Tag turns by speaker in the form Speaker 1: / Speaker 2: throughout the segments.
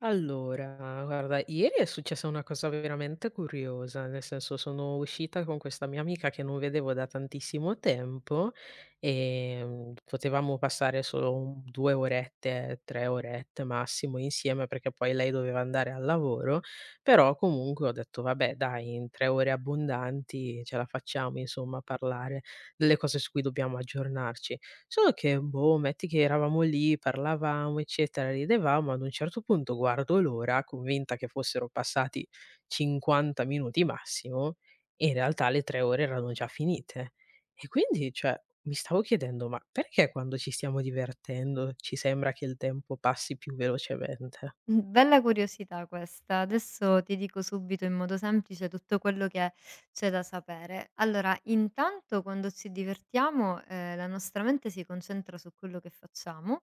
Speaker 1: Allora, guarda, ieri è successa una cosa veramente curiosa, nel senso sono uscita con questa mia amica che non vedevo da tantissimo tempo e potevamo passare solo 2 orette, 3 orette massimo insieme perché poi lei doveva andare al lavoro, però comunque ho detto vabbè dai, in 3 ore abbondanti ce la facciamo insomma a parlare delle cose su cui dobbiamo aggiornarci. Solo che, boh, metti che eravamo lì, parlavamo, eccetera, ridevamo, ad un certo punto guardo l'ora, convinta che fossero passati 50 minuti massimo, e in realtà le 3 ore erano già finite. E quindi, cioè, mi stavo chiedendo: "Ma perché quando ci stiamo divertendo ci sembra che il tempo passi più velocemente?"
Speaker 2: Bella curiosità questa. Adesso ti dico subito in modo semplice tutto quello che c'è da sapere. Allora, intanto quando ci divertiamo, la nostra mente si concentra su quello che facciamo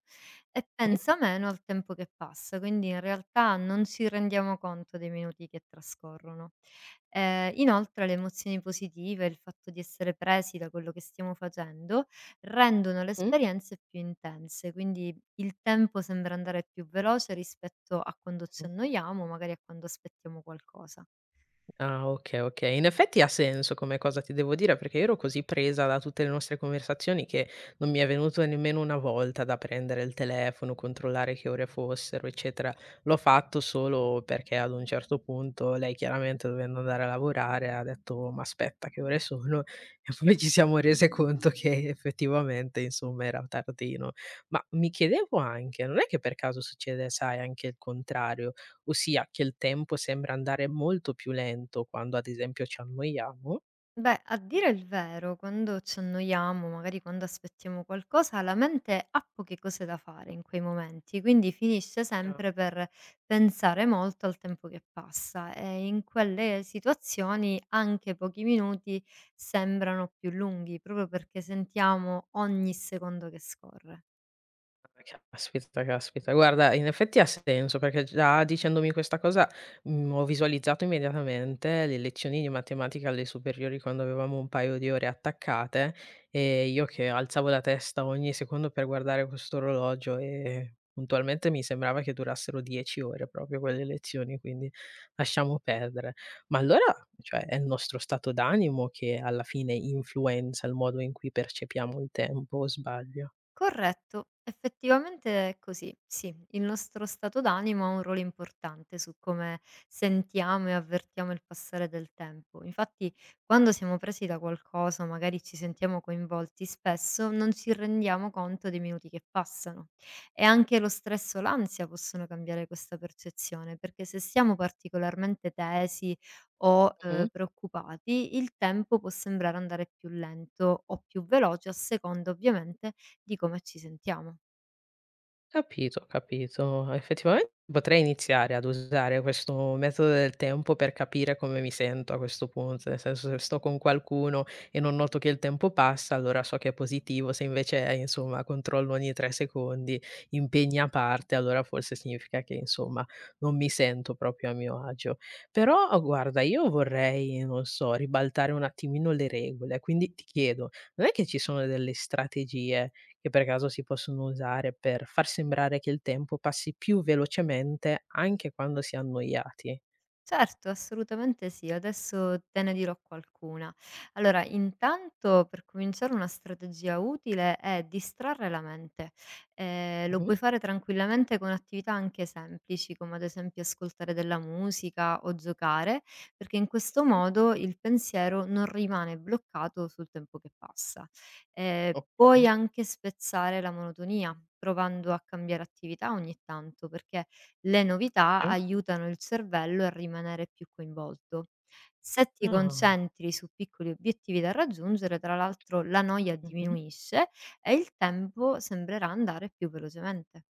Speaker 2: e pensa meno al tempo che passa, quindi in realtà non ci rendiamo conto dei minuti che trascorrono. Inoltre le emozioni positive, il fatto di essere presi da quello che stiamo facendo, rendono le
Speaker 1: Mh-mh.
Speaker 2: esperienze più intense, quindi il tempo sembra andare più veloce rispetto a quando ci annoiamo, magari a quando aspettiamo qualcosa.
Speaker 1: Ah, okay, okay. In effetti ha senso come cosa, ti devo dire, perché io ero così presa da tutte le nostre conversazioni che non mi è venuto nemmeno una volta da prendere il telefono, controllare che ore fossero, eccetera. L'ho fatto solo perché ad un certo punto lei chiaramente dovendo andare a lavorare ha detto: "Ma aspetta che ore sono?" E poi ci siamo rese conto che effettivamente, insomma, era tardino. Ma mi chiedevo anche, non è che per caso succede, sai, anche il contrario? Ossia che il tempo sembra andare molto più lento quando ad esempio ci annoiamo.
Speaker 2: Beh, a dire il vero, quando ci annoiamo, magari quando aspettiamo qualcosa, la mente ha poche cose da fare in quei momenti, quindi finisce sempre per pensare molto al tempo che passa, e in quelle situazioni anche pochi minuti sembrano più lunghi, proprio perché sentiamo ogni secondo che scorre.
Speaker 1: Caspita, caspita. Guarda, in effetti ha senso, perché già dicendomi questa cosa, ho visualizzato immediatamente le lezioni di matematica alle superiori quando avevamo un paio di ore attaccate e io che alzavo la testa ogni secondo per guardare quest'orologio e puntualmente mi sembrava che durassero 10 ore proprio quelle lezioni, quindi lasciamo perdere. Ma allora, cioè, è il nostro stato d'animo che alla fine influenza il modo in cui percepiamo il tempo, o sbaglio?
Speaker 2: Corretto, effettivamente è così. Sì, il nostro stato d'animo ha un ruolo importante su come sentiamo e avvertiamo il passare del tempo. Infatti, quando siamo presi da qualcosa, magari ci sentiamo coinvolti, spesso non ci rendiamo conto dei minuti che passano. E anche lo stress o l'ansia possono cambiare questa percezione, perché se siamo particolarmente tesi o preoccupati, il tempo può sembrare andare più lento o più veloce a seconda ovviamente. Dico, ma ci sentiamo?
Speaker 1: Capito, ho capito. Effettivamente potrei iniziare ad usare questo metodo del tempo per capire come mi sento a questo punto, nel senso se sto con qualcuno e non noto che il tempo passa, allora so che è positivo, se invece insomma controllo ogni 3 secondi, impegni a parte, allora forse significa che insomma non mi sento proprio a mio agio. Però oh, guarda, io vorrei, non so, ribaltare un attimino le regole, quindi ti chiedo, non è che ci sono delle strategie che per caso si possono usare per far sembrare che il tempo passi più velocemente anche quando si è annoiati?
Speaker 2: Certo, assolutamente sì, adesso te ne dirò qualcuna. Allora, intanto per cominciare una strategia utile è distrarre la mente. Lo
Speaker 1: Mh-mh.
Speaker 2: puoi fare tranquillamente con attività anche semplici, come ad esempio ascoltare della musica o giocare, perché in questo
Speaker 1: Mh,
Speaker 2: modo il pensiero non rimane bloccato sul tempo che passa.
Speaker 1: okay.
Speaker 2: Puoi anche spezzare la monotonia, provando a cambiare attività ogni tanto, perché le novità
Speaker 1: Okay.
Speaker 2: aiutano il cervello a rimanere più coinvolto. Se ti
Speaker 1: Ah.
Speaker 2: concentri su piccoli obiettivi da raggiungere, tra l'altro la noia
Speaker 1: Mh-mh.
Speaker 2: diminuisce e il tempo sembrerà andare più velocemente.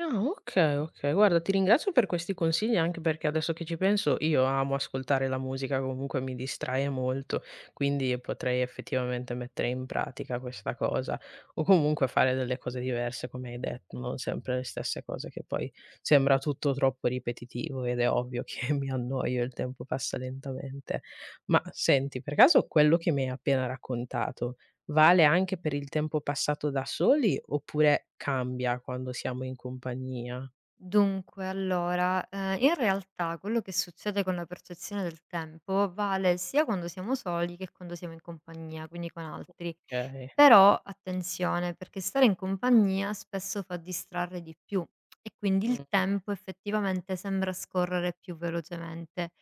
Speaker 1: Ah, okay, okay. Guarda, ti ringrazio per questi consigli, anche perché adesso che ci penso io amo ascoltare la musica, comunque mi distrae molto, quindi potrei effettivamente mettere in pratica questa cosa o comunque fare delle cose diverse, come hai detto, non sempre le stesse cose che poi sembra tutto troppo ripetitivo ed è ovvio che mi annoio, il tempo passa lentamente. Ma senti, per caso quello che mi hai appena raccontato vale anche per il tempo passato da soli oppure cambia quando siamo in compagnia?
Speaker 2: Dunque, allora, in realtà quello che succede con la percezione del tempo vale sia quando siamo soli che quando siamo in compagnia, quindi con altri.
Speaker 1: Okay.
Speaker 2: Però attenzione, perché stare in compagnia spesso fa distrarre di più e quindi il
Speaker 1: Mh,
Speaker 2: tempo effettivamente sembra scorrere più velocemente.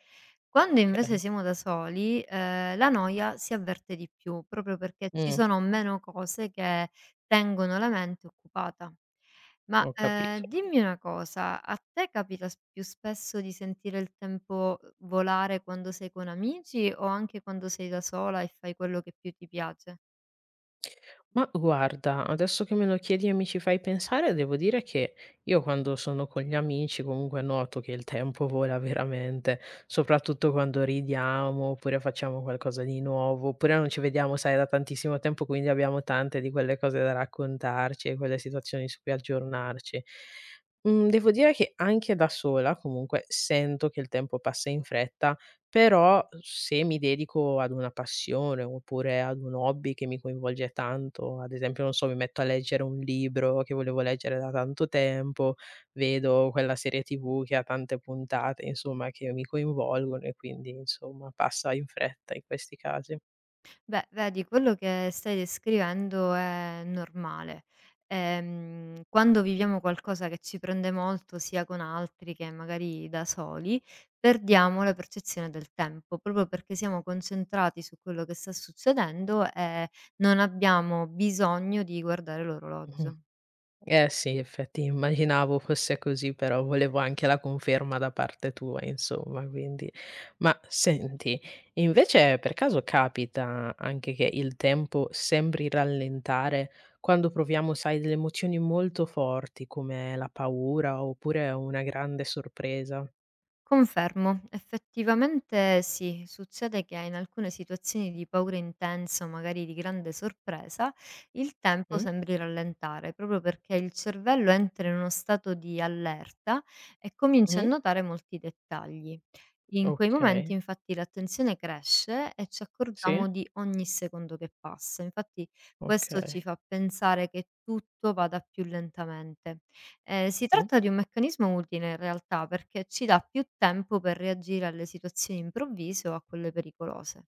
Speaker 2: Quando
Speaker 1: okay.
Speaker 2: invece siamo da soli, la noia si avverte di più, proprio perché ci
Speaker 1: Mh,
Speaker 2: sono meno cose che tengono la mente occupata. Ma,
Speaker 1: ho capito.
Speaker 2: dimmi una cosa, a te capita s più spesso di sentire il tempo, volare quando sei con amici o anche quando sei da sola e fai quello che più ti piace?
Speaker 1: Ma guarda, adesso che me lo chiedi e mi ci fai pensare, devo dire che io quando sono con gli amici comunque noto che il tempo vola veramente, soprattutto quando ridiamo oppure facciamo qualcosa di nuovo, oppure non ci vediamo, sai, da tantissimo tempo, quindi abbiamo tante di quelle cose da raccontarci e quelle situazioni su cui aggiornarci. Devo dire che anche da sola comunque sento che il tempo passa in fretta, però se mi dedico ad una passione oppure ad un hobby che mi coinvolge tanto, ad esempio, non so, mi metto a leggere un libro che volevo leggere da tanto tempo, vedo quella serie TV che ha tante puntate, insomma, che mi coinvolgono e quindi, insomma, passa in fretta in questi casi.
Speaker 2: Beh, vedi, quello che stai descrivendo è normale. Quando viviamo qualcosa che ci prende molto, sia con altri che magari da soli, perdiamo la percezione del tempo, proprio perché siamo concentrati su quello che sta succedendo e non abbiamo bisogno di guardare
Speaker 1: Mh-mh.
Speaker 2: l'orologio.
Speaker 1: Eh sì, effetti immaginavo fosse così, però volevo anche la conferma da parte tua insomma, quindi ma senti, invece per caso capita anche che il tempo sembri rallentare quando proviamo, sai, delle emozioni molto forti come la paura oppure una grande sorpresa?
Speaker 2: Confermo, effettivamente sì, succede che in alcune situazioni di paura intensa o magari di grande sorpresa, il tempo
Speaker 1: Mh?
Speaker 2: sembri rallentare, proprio perché il cervello entra in uno stato di allerta e comincia a
Speaker 1: Mh?
Speaker 2: notare molti dettagli. In quei momenti
Speaker 1: Okay,
Speaker 2: infatti l'attenzione cresce e ci
Speaker 1: sì,
Speaker 2: accorgiamo di ogni secondo che passa, infatti questo ci
Speaker 1: okay.
Speaker 2: fa pensare che tutto vada più lentamente. Si
Speaker 1: Mh.
Speaker 2: tratta di un meccanismo utile in realtà, perché ci dà più tempo per reagire alle situazioni improvvise o a quelle pericolose.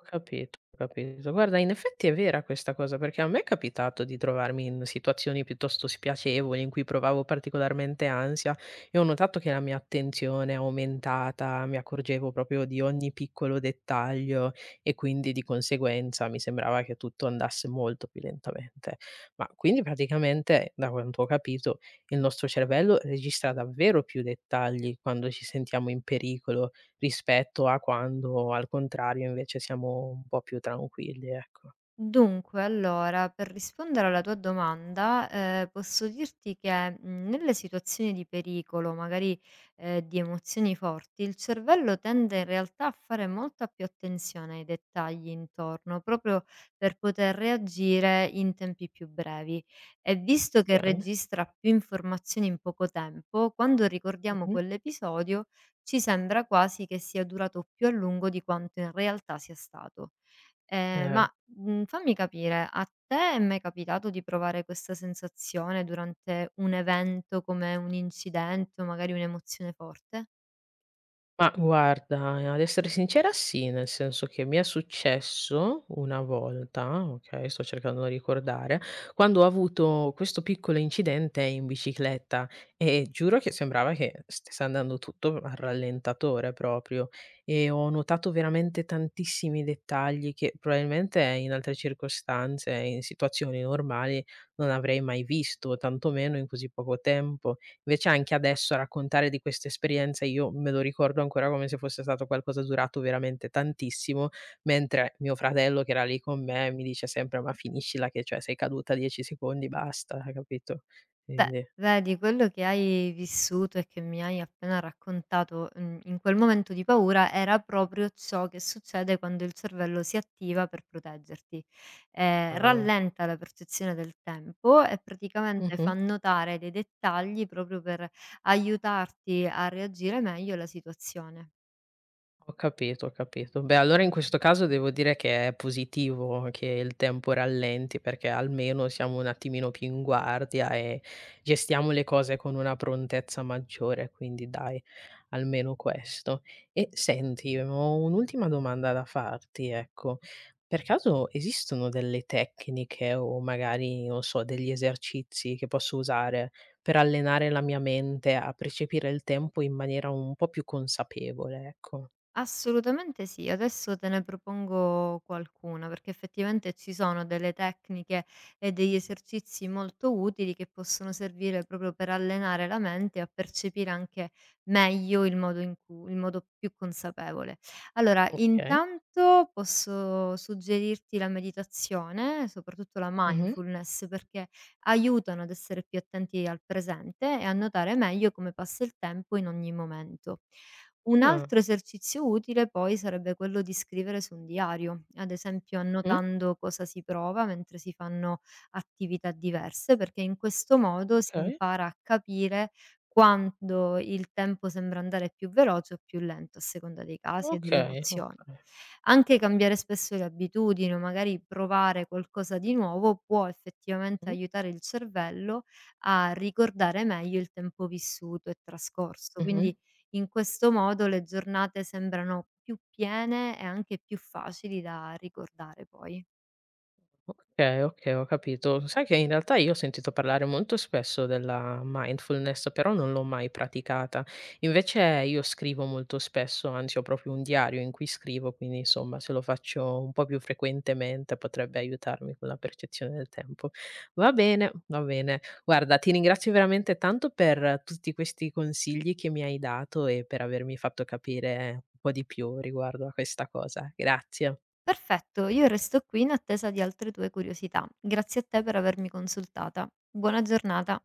Speaker 1: Ho capito, ho capito. Guarda, in effetti è vera questa cosa, perché a me è capitato di trovarmi in situazioni piuttosto spiacevoli in cui provavo particolarmente ansia e ho notato che la mia attenzione è aumentata, mi accorgevo proprio di ogni piccolo dettaglio e quindi di conseguenza mi sembrava che tutto andasse molto più lentamente. Ma quindi praticamente, da quanto ho capito, il nostro cervello registra davvero più dettagli quando ci sentiamo in pericolo rispetto a quando al contrario invece siamo un po' più tranquilli, ecco.
Speaker 2: Dunque, allora, per rispondere alla tua domanda, posso dirti che, nelle situazioni di pericolo, magari, di emozioni forti, il cervello tende in realtà a fare molta più attenzione ai dettagli intorno, proprio per poter reagire in tempi più brevi. E visto che
Speaker 1: Okay.
Speaker 2: registra più informazioni in poco tempo, quando ricordiamo
Speaker 1: Mh-mh.
Speaker 2: quell'episodio ci sembra quasi che sia durato più a lungo di quanto in realtà sia stato. Ehm,
Speaker 1: Eh.
Speaker 2: ma, Fammi capire, a te è mai capitato di provare questa sensazione durante un evento come un incidente o magari un'emozione forte?
Speaker 1: Ma guarda, ad essere sincera sì, nel senso che mi è successo una volta, okay, sto cercando di ricordare, quando ho avuto questo piccolo incidente in bicicletta e giuro che sembrava che stesse andando tutto al rallentatore proprio e ho notato veramente tantissimi dettagli che probabilmente in altre circostanze, in situazioni normali non avrei mai visto, tantomeno in così poco tempo. Invece anche adesso raccontare di questa esperienza io me lo ricordo ancora come se fosse stato qualcosa durato veramente tantissimo, mentre mio fratello che era lì con me mi dice sempre: "Ma finiscila che, cioè, sei caduta 10 secondi, basta", hai capito?
Speaker 2: Beh,
Speaker 1: Quindi,
Speaker 2: vedi quello che hai vissuto e che mi hai appena raccontato, in quel momento di paura era proprio ciò che succede quando il cervello si attiva per proteggerti.
Speaker 1: uhm.
Speaker 2: Rallenta la percezione del tempo e praticamente
Speaker 1: Mh-mh.
Speaker 2: fa notare dei dettagli proprio per aiutarti a reagire meglio alla situazione.
Speaker 1: Ho capito, ho capito. Beh, allora in questo caso devo dire che è positivo che il tempo rallenti, perché almeno siamo un attimino più in guardia e gestiamo le cose con una prontezza maggiore, quindi dai, almeno questo. E senti, ho un'ultima domanda da farti, ecco. Per caso esistono delle tecniche o magari, non so, degli esercizi che posso usare per allenare la mia mente a percepire il tempo in maniera un po' più consapevole, ecco?
Speaker 2: Assolutamente sì, adesso te ne propongo qualcuna, perché effettivamente ci sono delle tecniche e degli esercizi molto utili che possono servire proprio per allenare la mente e a percepire anche meglio il modo in cui il modo più consapevole. Allora,
Speaker 1: Okay.
Speaker 2: intanto posso suggerirti la meditazione, soprattutto la
Speaker 1: Mh-mh.
Speaker 2: mindfulness, perché aiutano ad essere più attenti al presente e a notare meglio come passa il tempo in ogni momento. Un
Speaker 1: Ah,
Speaker 2: altro esercizio utile poi sarebbe quello di scrivere su un diario, ad esempio
Speaker 1: Mh.
Speaker 2: annotando cosa si prova mentre si fanno attività diverse, perché in questo modo si
Speaker 1: Okay,
Speaker 2: impara a capire quando il tempo sembra andare più veloce o più lento, a seconda dei casi e delle
Speaker 1: okay,
Speaker 2: emozioni.
Speaker 1: okay.
Speaker 2: Anche cambiare spesso le abitudini o magari provare qualcosa di nuovo può effettivamente aiutare il cervello a ricordare meglio il tempo vissuto e trascorso.
Speaker 1: Mh.
Speaker 2: Quindi in questo modo le giornate sembrano più piene e anche più facili da ricordare poi.
Speaker 1: Okay, okay, ho capito. Sai che in realtà io ho sentito parlare molto spesso della mindfulness, però non l'ho mai praticata. Invece io scrivo molto spesso, anzi ho proprio un diario in cui scrivo, quindi insomma se lo faccio un po' più frequentemente potrebbe aiutarmi con la percezione del tempo. Va bene, va bene. Guarda, ti ringrazio veramente tanto per tutti questi consigli che mi hai dato e per avermi fatto capire un po' di più riguardo a questa cosa. Grazie.
Speaker 2: Perfetto, io resto qui in attesa di altre tue curiosità. Grazie a te per avermi consultata. Buona giornata.